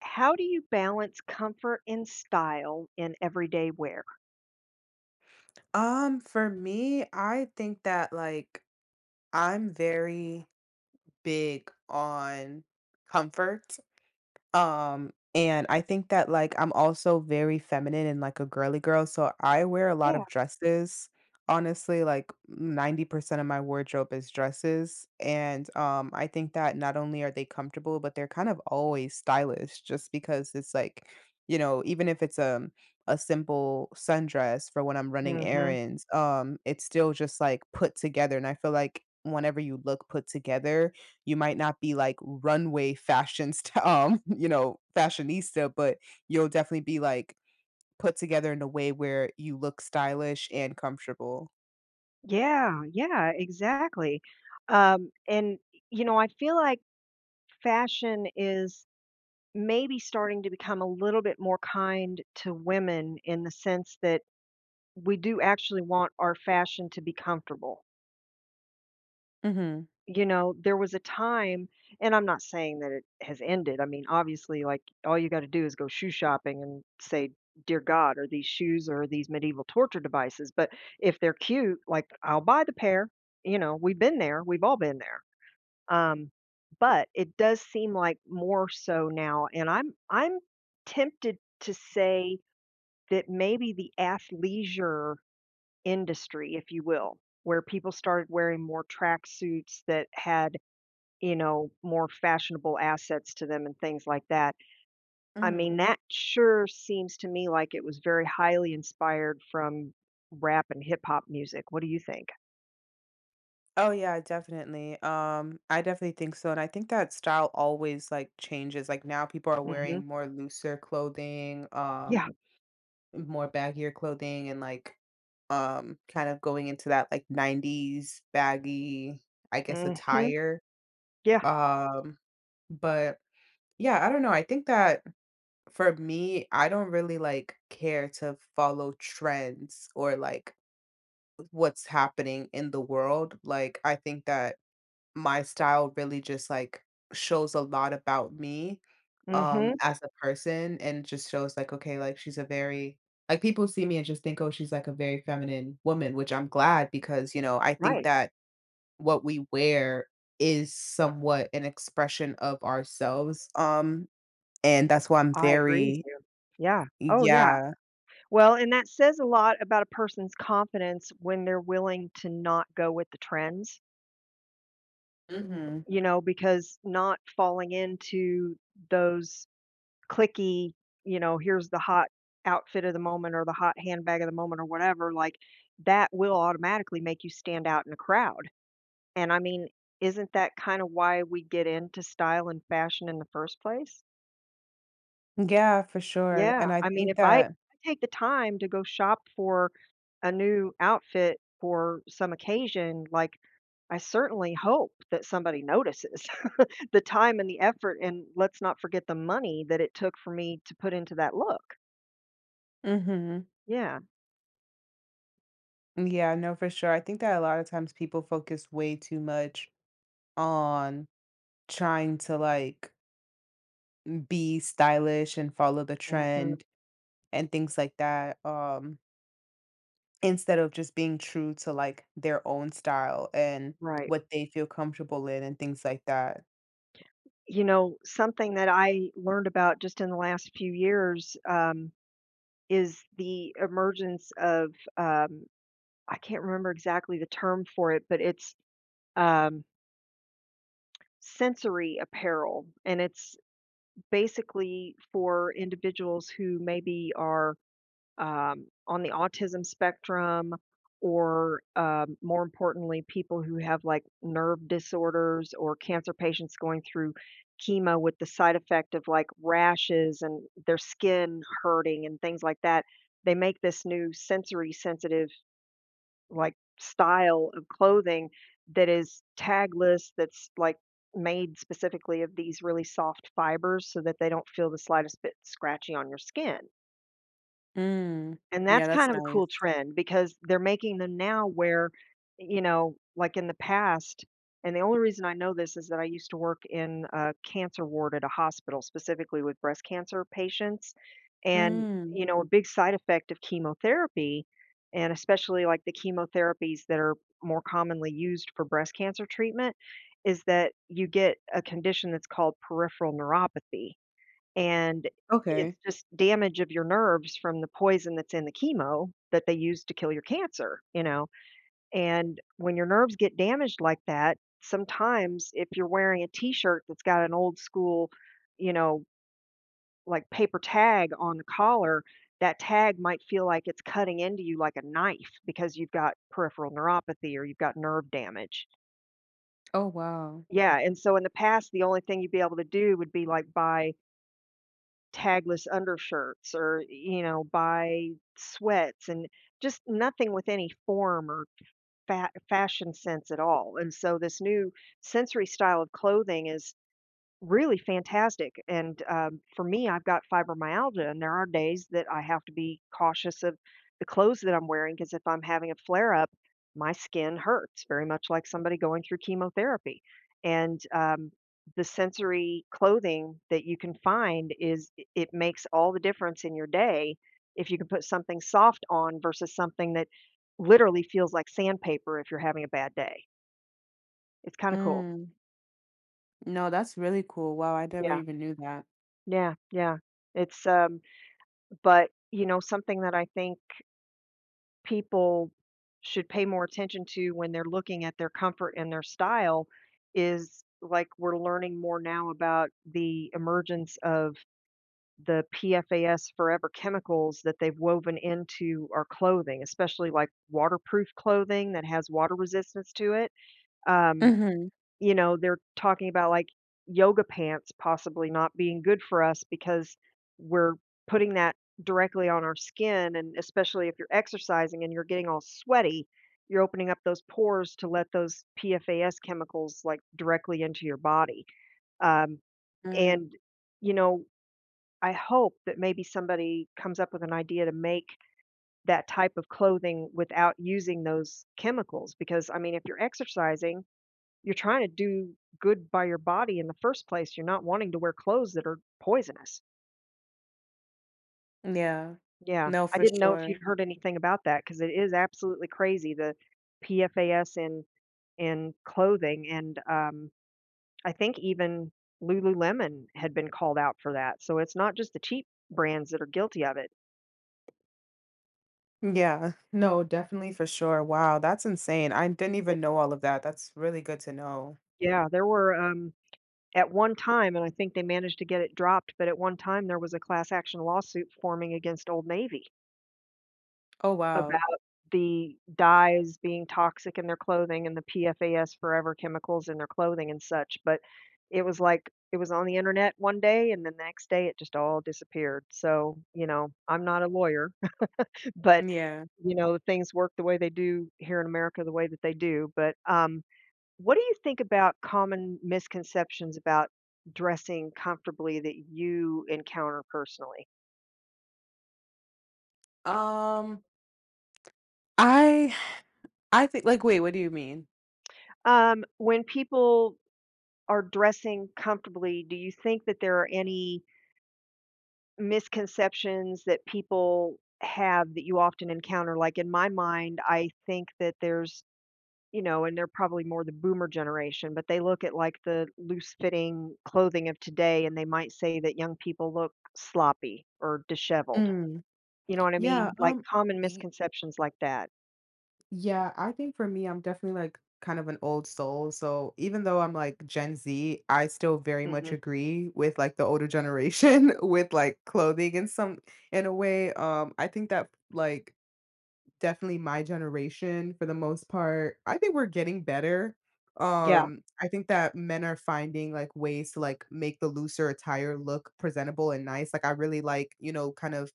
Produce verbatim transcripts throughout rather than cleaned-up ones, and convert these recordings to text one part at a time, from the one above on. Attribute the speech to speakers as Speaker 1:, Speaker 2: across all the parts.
Speaker 1: How do you balance comfort and style in everyday wear?
Speaker 2: Um, for me, I think that like I'm very big on comfort. Um, and I think that, like, I'm also very feminine and, like, a girly girl, so I wear a lot
Speaker 1: Yeah.
Speaker 2: of dresses. Honestly, like, ninety percent of my wardrobe is dresses, and, um, I think that not only are they comfortable, but they're kind of always stylish just because it's, like, you know, even if it's, um, a simple sundress for when I'm running
Speaker 1: Mhm.
Speaker 2: errands, um, it's still just, like, put together, and I feel like whenever you look put together you might not be like runway fashion st um, you know, fashionista, but you'll definitely be like put together in a way where you look stylish and comfortable.
Speaker 1: Yeah, yeah, exactly. Um, and, you know, I feel like fashion is maybe starting to become a little bit more kind to women in the sense that we do actually want our fashion to be comfortable.
Speaker 2: Mhm.
Speaker 1: You know, there was a time, and I'm not saying that it has ended. I mean, obviously, like, all you gotta do is go shoe shopping and say, "Dear God, are these shoes or are these medieval torture devices?" But if they're cute, like, I'll buy the pair. You know, we've been there, we've all been there, um, but it does seem like more so now, and I'm I'm tempted to say that maybe the athleisure industry, if you will, where people started wearing more tracksuits that had, you know, more fashionable assets to them and things like that. I mean,
Speaker 2: Mhm.
Speaker 1: that sure seems to me like it was very highly inspired from rap and hip hop music. What do you think?
Speaker 2: Oh yeah, definitely. Um, I definitely think so. And I think that style always like changes. Like now people are
Speaker 1: Mhm.
Speaker 2: wearing more looser clothing,
Speaker 1: Yeah.
Speaker 2: um, more baggier clothing and like um kind of going into that like nineties baggy, I guess,
Speaker 1: Mhm.
Speaker 2: attire.
Speaker 1: Yeah.
Speaker 2: Um, but Yeah, I don't know. I think that for me, I don't really like care to follow trends or like what's happening in the world. Like I think that my style really just like shows a lot about me um
Speaker 1: Mhm.
Speaker 2: as a person and just shows like okay, like she's a very like people see me and just think oh she's like a very feminine woman, which I'm glad because you know, I think
Speaker 1: Right.
Speaker 2: that what we wear is somewhat an expression of ourselves um and that's why I'm
Speaker 1: I agree with
Speaker 2: very
Speaker 1: you. Yeah. Oh, yeah.
Speaker 2: yeah.
Speaker 1: Well, and that says a lot about a person's confidence when they're willing to not go with the trends,
Speaker 2: Mhm.
Speaker 1: you know, because not falling into those clicky, you know, here's the hot outfit of the moment or the hot handbag of the moment or whatever, like that will automatically make you stand out in a crowd. And I mean, isn't that kind of why we get into style and fashion in the first place?
Speaker 2: Yeah, for sure,
Speaker 1: Yeah.
Speaker 2: and I
Speaker 1: I mean,
Speaker 2: think
Speaker 1: if I
Speaker 2: that
Speaker 1: take the time to go shop for a new outfit for some occasion, like I certainly hope that somebody notices the time and the effort. And let's not forget the money that it took for me to put into that look.
Speaker 2: mhm.
Speaker 1: Yeah.
Speaker 2: Yeah, no, for sure. I think that a lot of times people focus way too much on trying to, like, be stylish and follow the
Speaker 1: Hmm.
Speaker 2: trend and things like that, um, instead of just being true to, like, their own style and
Speaker 1: Right.
Speaker 2: what they feel comfortable in and things like that.
Speaker 1: You know, something that I learned about just in the last few years um, is the emergence of, um, I can't remember exactly the term for it, but it's, um, sensory apparel. And it's basically for individuals who maybe are, um, on the autism spectrum, or, um, more importantly, people who have like nerve disorders or cancer patients going through chemo with the side effect of like rashes and their skin hurting and things like that. They make this new sensory sensitive, like, style of clothing that is tagless, that's like made specifically of these really soft fibers so that they don't feel the slightest bit scratchy on your skin.
Speaker 2: Mm.
Speaker 1: And
Speaker 2: Yeah,
Speaker 1: that's
Speaker 2: that's
Speaker 1: kind of a
Speaker 2: nice.
Speaker 1: cool trend because they're making them now where, you know, like in the past, and the only reason I know this is that I used to work in a cancer ward at a hospital, specifically with breast cancer patients. And,
Speaker 2: Mm.
Speaker 1: you know, a big side effect of chemotherapy, and especially like the chemotherapies that are more commonly used for breast cancer treatment, is that you get a condition that's called peripheral neuropathy. And
Speaker 2: Okay.
Speaker 1: it's just damage of your nerves from the poison that's in the chemo that they use to kill your cancer, you know? And when your nerves get damaged like that, sometimes if you're wearing a t-shirt that's got an old school, you know, like paper tag on the collar, that tag might feel like it's cutting into you like a knife because you've got peripheral neuropathy or you've got nerve damage.
Speaker 2: Oh, wow.
Speaker 1: Yeah, and so in the past, the only thing you'd be able to do would be like buy tagless undershirts, or, you know, buy sweats and just nothing with any form or fa fashion sense at all. And so this new sensory style of clothing is really fantastic. And, um, for me, I've got fibromyalgia, and there are days that I have to be cautious of the clothes that I'm wearing wearing. Because if I'm having a flare-up, my skin hurts very much like somebody going through chemotherapy, and, um, the sensory clothing that you can find, is I it makes all the difference in your day if you can put something soft on versus something that literally feels like sandpaper if you're having a bad day. It's kinda cool.
Speaker 2: Mm. No, that's really cool. Wow, I never
Speaker 1: Yeah.
Speaker 2: even knew that.
Speaker 1: Yeah, yeah. It's, um But, you know, something that I think people should pay more attention to when they're looking at their comfort and their style is, like, we're learning more now about the emergence of the PFAS forever chemicals that they've woven into our clothing, especially like waterproof clothing that has water resistance to it. Um,
Speaker 2: Mhm,
Speaker 1: you know, they're talking about, like, yoga pants possibly not being good for us because we're putting that directly on our skin, and especially if you're exercising and you're getting all sweaty, you're opening up those pores to let those PFAS chemicals, like, directly into your body, um,
Speaker 2: mm,
Speaker 1: and, you know, I hope that maybe somebody comes up with an idea to make that type of clothing without using those chemicals because, I mean, if you're exercising, you're trying to do good by your body in the first place. You're not wanting to wear clothes that are poisonous.
Speaker 2: yeah.
Speaker 1: Yeah,
Speaker 2: No,
Speaker 1: I Yeah.
Speaker 2: for
Speaker 1: didn't know if
Speaker 2: sure.
Speaker 1: you'd heard anything about that because it is absolutely crazy the PFAS in in clothing, and um, I think even Lululemon had been called out for that. So it's not just the cheap brands that are guilty of it.
Speaker 2: Yeah. No, definitely for sure. Wow, that's insane. I didn't even
Speaker 1: It-
Speaker 2: know all of that. That's really good to know.
Speaker 1: yeah, there were, um, at one time, and I think they managed to get it dropped. But at one time, there was a class action lawsuit forming against Old Navy
Speaker 2: Oh, wow.
Speaker 1: about the dyes being toxic in their clothing and the PFAS forever chemicals in their clothing and such. But it was like it was on the internet one day, and then the next day it just all disappeared. So, you know, I'm not a lawyer, but,
Speaker 2: Yeah.
Speaker 1: you know, things work the way they do here in America the way that they do. But, um, what do you think about common misconceptions about dressing comfortably that you encounter personally?
Speaker 2: Um, I I think like wait, what do you mean?
Speaker 1: Um, when people are dressing comfortably, do you think that there are any misconceptions that people have that you often encounter? Like in my mind, I think that there's, you know, and they're probably more the boomer generation, but they look at like the loose fitting clothing of today and they might say that young people look sloppy or disheveled.
Speaker 2: Mm,
Speaker 1: You know what I
Speaker 2: yeah,
Speaker 1: mean? Like
Speaker 2: um
Speaker 1: common misconceptions like that.
Speaker 2: Yeah, I think for me, I'm definitely like kind of an old soul. So even though I'm like Gen Z, I still very much
Speaker 1: Hmm.
Speaker 2: agree with like the older generation with like clothing in some in a way. Um, I think that like definitely my generation for the most part. I think we're getting better.
Speaker 1: Yeah.
Speaker 2: Um, I think that men are finding like ways to like make the looser attire look presentable and nice. Like I really like, you know, kind of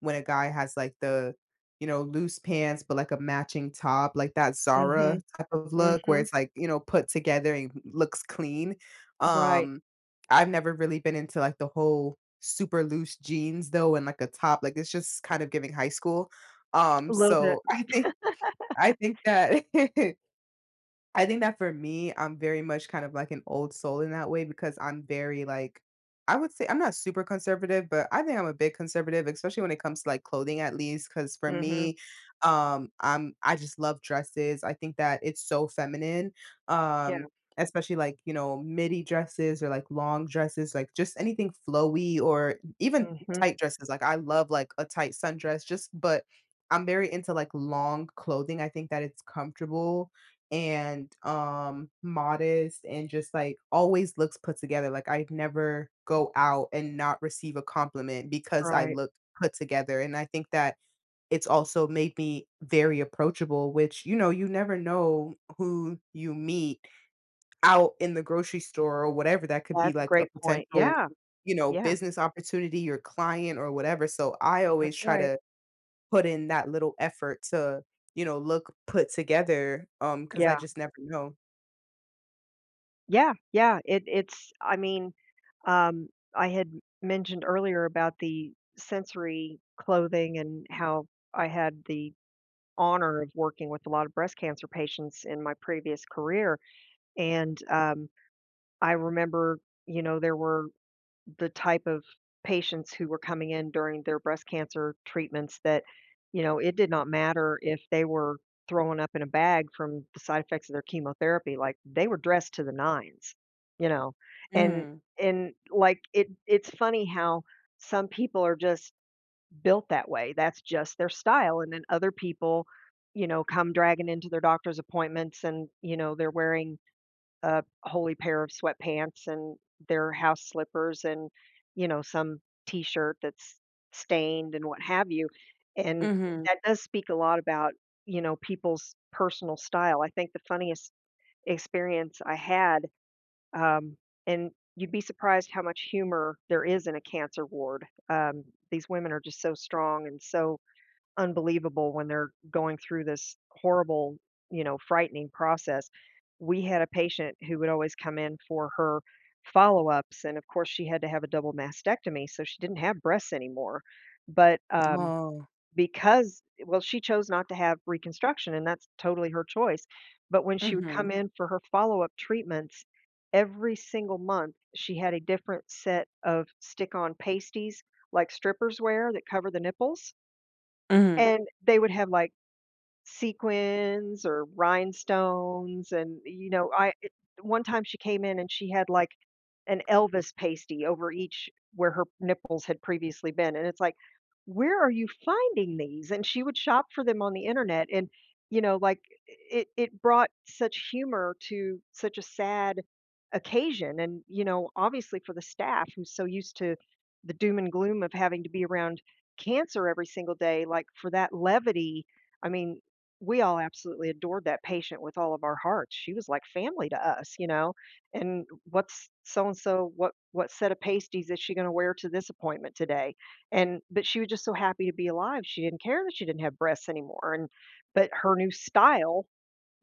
Speaker 2: when a guy has like the, you know, loose pants but like a matching top, like that
Speaker 1: Hmm.
Speaker 2: Zara type of look where
Speaker 1: Hmm.
Speaker 2: it's like, you know, put together and looks clean.
Speaker 1: Right.
Speaker 2: Um, I've never really been into like the whole super loose jeans though and like a top. Like it's just kind of giving high school. Um,
Speaker 1: A little bit.
Speaker 2: so I think I think that I think that for me, I'm very much kind of like an old soul in that way because I'm very like I would say I'm not super conservative, but I think I'm a bit conservative, especially when it comes to like clothing at least. Cause for
Speaker 1: Hmm.
Speaker 2: me, um, I'm I just love dresses. I think that it's so feminine. Um,
Speaker 1: Yeah.
Speaker 2: especially like, you know, midi dresses or like long dresses, like just anything flowy or even
Speaker 1: Hmm.
Speaker 2: tight dresses. Like I love like a tight sundress, just but I'm very into like long clothing. I think that it's comfortable and um modest and just like always looks put together. Like I never go out and not receive a compliment because I
Speaker 1: Right.
Speaker 2: look put together. And I think that it's also made me very approachable, which you know, you never know who you meet out in the grocery store or whatever. That could be
Speaker 1: That's a
Speaker 2: like a
Speaker 1: great point.
Speaker 2: potential,
Speaker 1: Yeah,
Speaker 2: you know,
Speaker 1: yeah,
Speaker 2: business opportunity, your client or whatever. So I
Speaker 1: that's
Speaker 2: always try
Speaker 1: right.
Speaker 2: to put in that little effort to, you know, look put together um cuz I
Speaker 1: Yeah,
Speaker 2: just never know.
Speaker 1: yeah, yeah. It it's I mean, um, I had mentioned earlier about the sensory clothing, and how I had the honor of working with a lot of breast cancer patients in my previous career, and, um, I remember, you know, there were the type of patients who were coming in during their breast cancer treatments that, you know, it did not matter if they were throwing up in a bag from the side effects of their chemotherapy, like they were dressed to the nines, you know. And
Speaker 2: Mhm.
Speaker 1: and like it it's funny how some people are just built that way. That's just their style. And then other people, you know, come dragging into their doctor's appointments and, you know, they're wearing a holy pair of sweatpants and their house slippers, and, you know, some t-shirt that's stained and what have you. And
Speaker 2: Mhm.
Speaker 1: that does speak a lot about, you know, people's personal style. I think the funniest experience I had, um, and you'd be surprised how much humor there is in a cancer ward. Um, these women are just so strong and so unbelievable when they're going through this horrible, you know, frightening process. We had a patient who would always come in for her follow-ups, and of course, she had to have a double mastectomy, so she didn't have breasts anymore. But, um,
Speaker 2: Oh.
Speaker 1: because, well, she chose not to have reconstruction, and that's totally her choice. But when she would
Speaker 2: Mhm.
Speaker 1: come in for her follow-up treatments, every single month, she had a different set of stick-on pasties, like strippers wear that cover the nipples,
Speaker 2: Mhm.
Speaker 1: and they would have, like, sequins or rhinestones. And, you know, I it one time she came in and she had, like, an Elvis pasty over each where her nipples had previously been, and it's like, "Where are you finding these?" And she would shop for them on the internet. And, you know, like, it it brought such humor to such a sad occasion. And, you know, obviously for the staff who's so used to the doom and gloom of having to be around cancer every single day, like, for that levity, I mean, we all absolutely adored that patient with all of our hearts. She was like family to us, you know? And what's so and so what what set of pasties is she going to wear to this appointment today? And but she was just so happy to be alive. She didn't care that she didn't have breasts anymore. And but her new style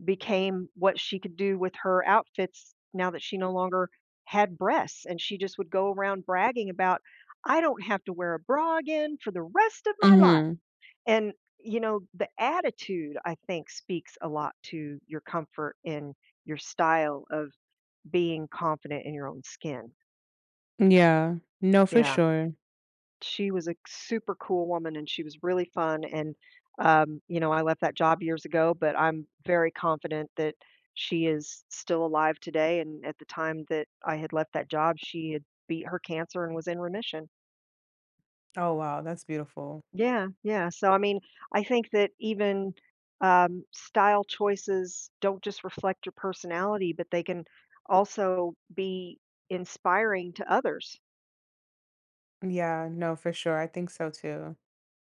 Speaker 1: became what she could do with her outfits now that she no longer had breasts. And she just would go around bragging about, I don't have to wear a bra again for the rest of my life.
Speaker 2: Mhm.
Speaker 1: And you know, the attitude, I think, speaks a lot to your comfort in your style of being confident in your own skin.
Speaker 2: Yeah. No, for
Speaker 1: Yeah,
Speaker 2: sure.
Speaker 1: she was a super cool woman and she was really fun. And, um, you know, I left that job years ago, but I'm very confident that she is still alive today, and at the time that I had left that job, she had beat her cancer and was in remission.
Speaker 2: Oh, wow. That's beautiful.
Speaker 1: Yeah, yeah, so, I mean, I think that even, um, style choices don't just reflect your personality, but they can also be inspiring to others.
Speaker 2: Yeah. No, for sure. I think so too.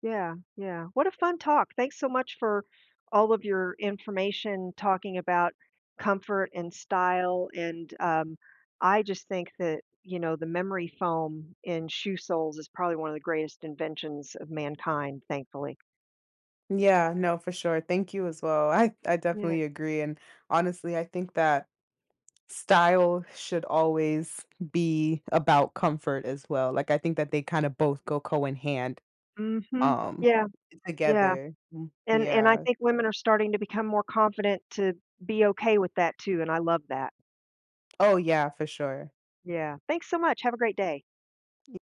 Speaker 1: Yeah, yeah. What a fun talk. Thanks so much for all of your information talking about comfort and style. And um, I just think that, you know, the memory foam in shoe soles is probably one of the greatest inventions of mankind, thankfully.
Speaker 2: Yeah. No, for sure. Thank you as well. I, I
Speaker 1: Yeah.
Speaker 2: definitely agree. And honestly, I think that style should always be about comfort as well. Like, I think that they kind of both go co in hand
Speaker 1: Mm-hmm.
Speaker 2: um
Speaker 1: Yeah, yeah.
Speaker 2: together. Mm,
Speaker 1: And and I
Speaker 2: yeah.
Speaker 1: think women are starting to become more confident to be okay with that too. And I love that.
Speaker 2: Oh, yeah, for sure.
Speaker 1: Yeah. Thanks so much. Have a great day.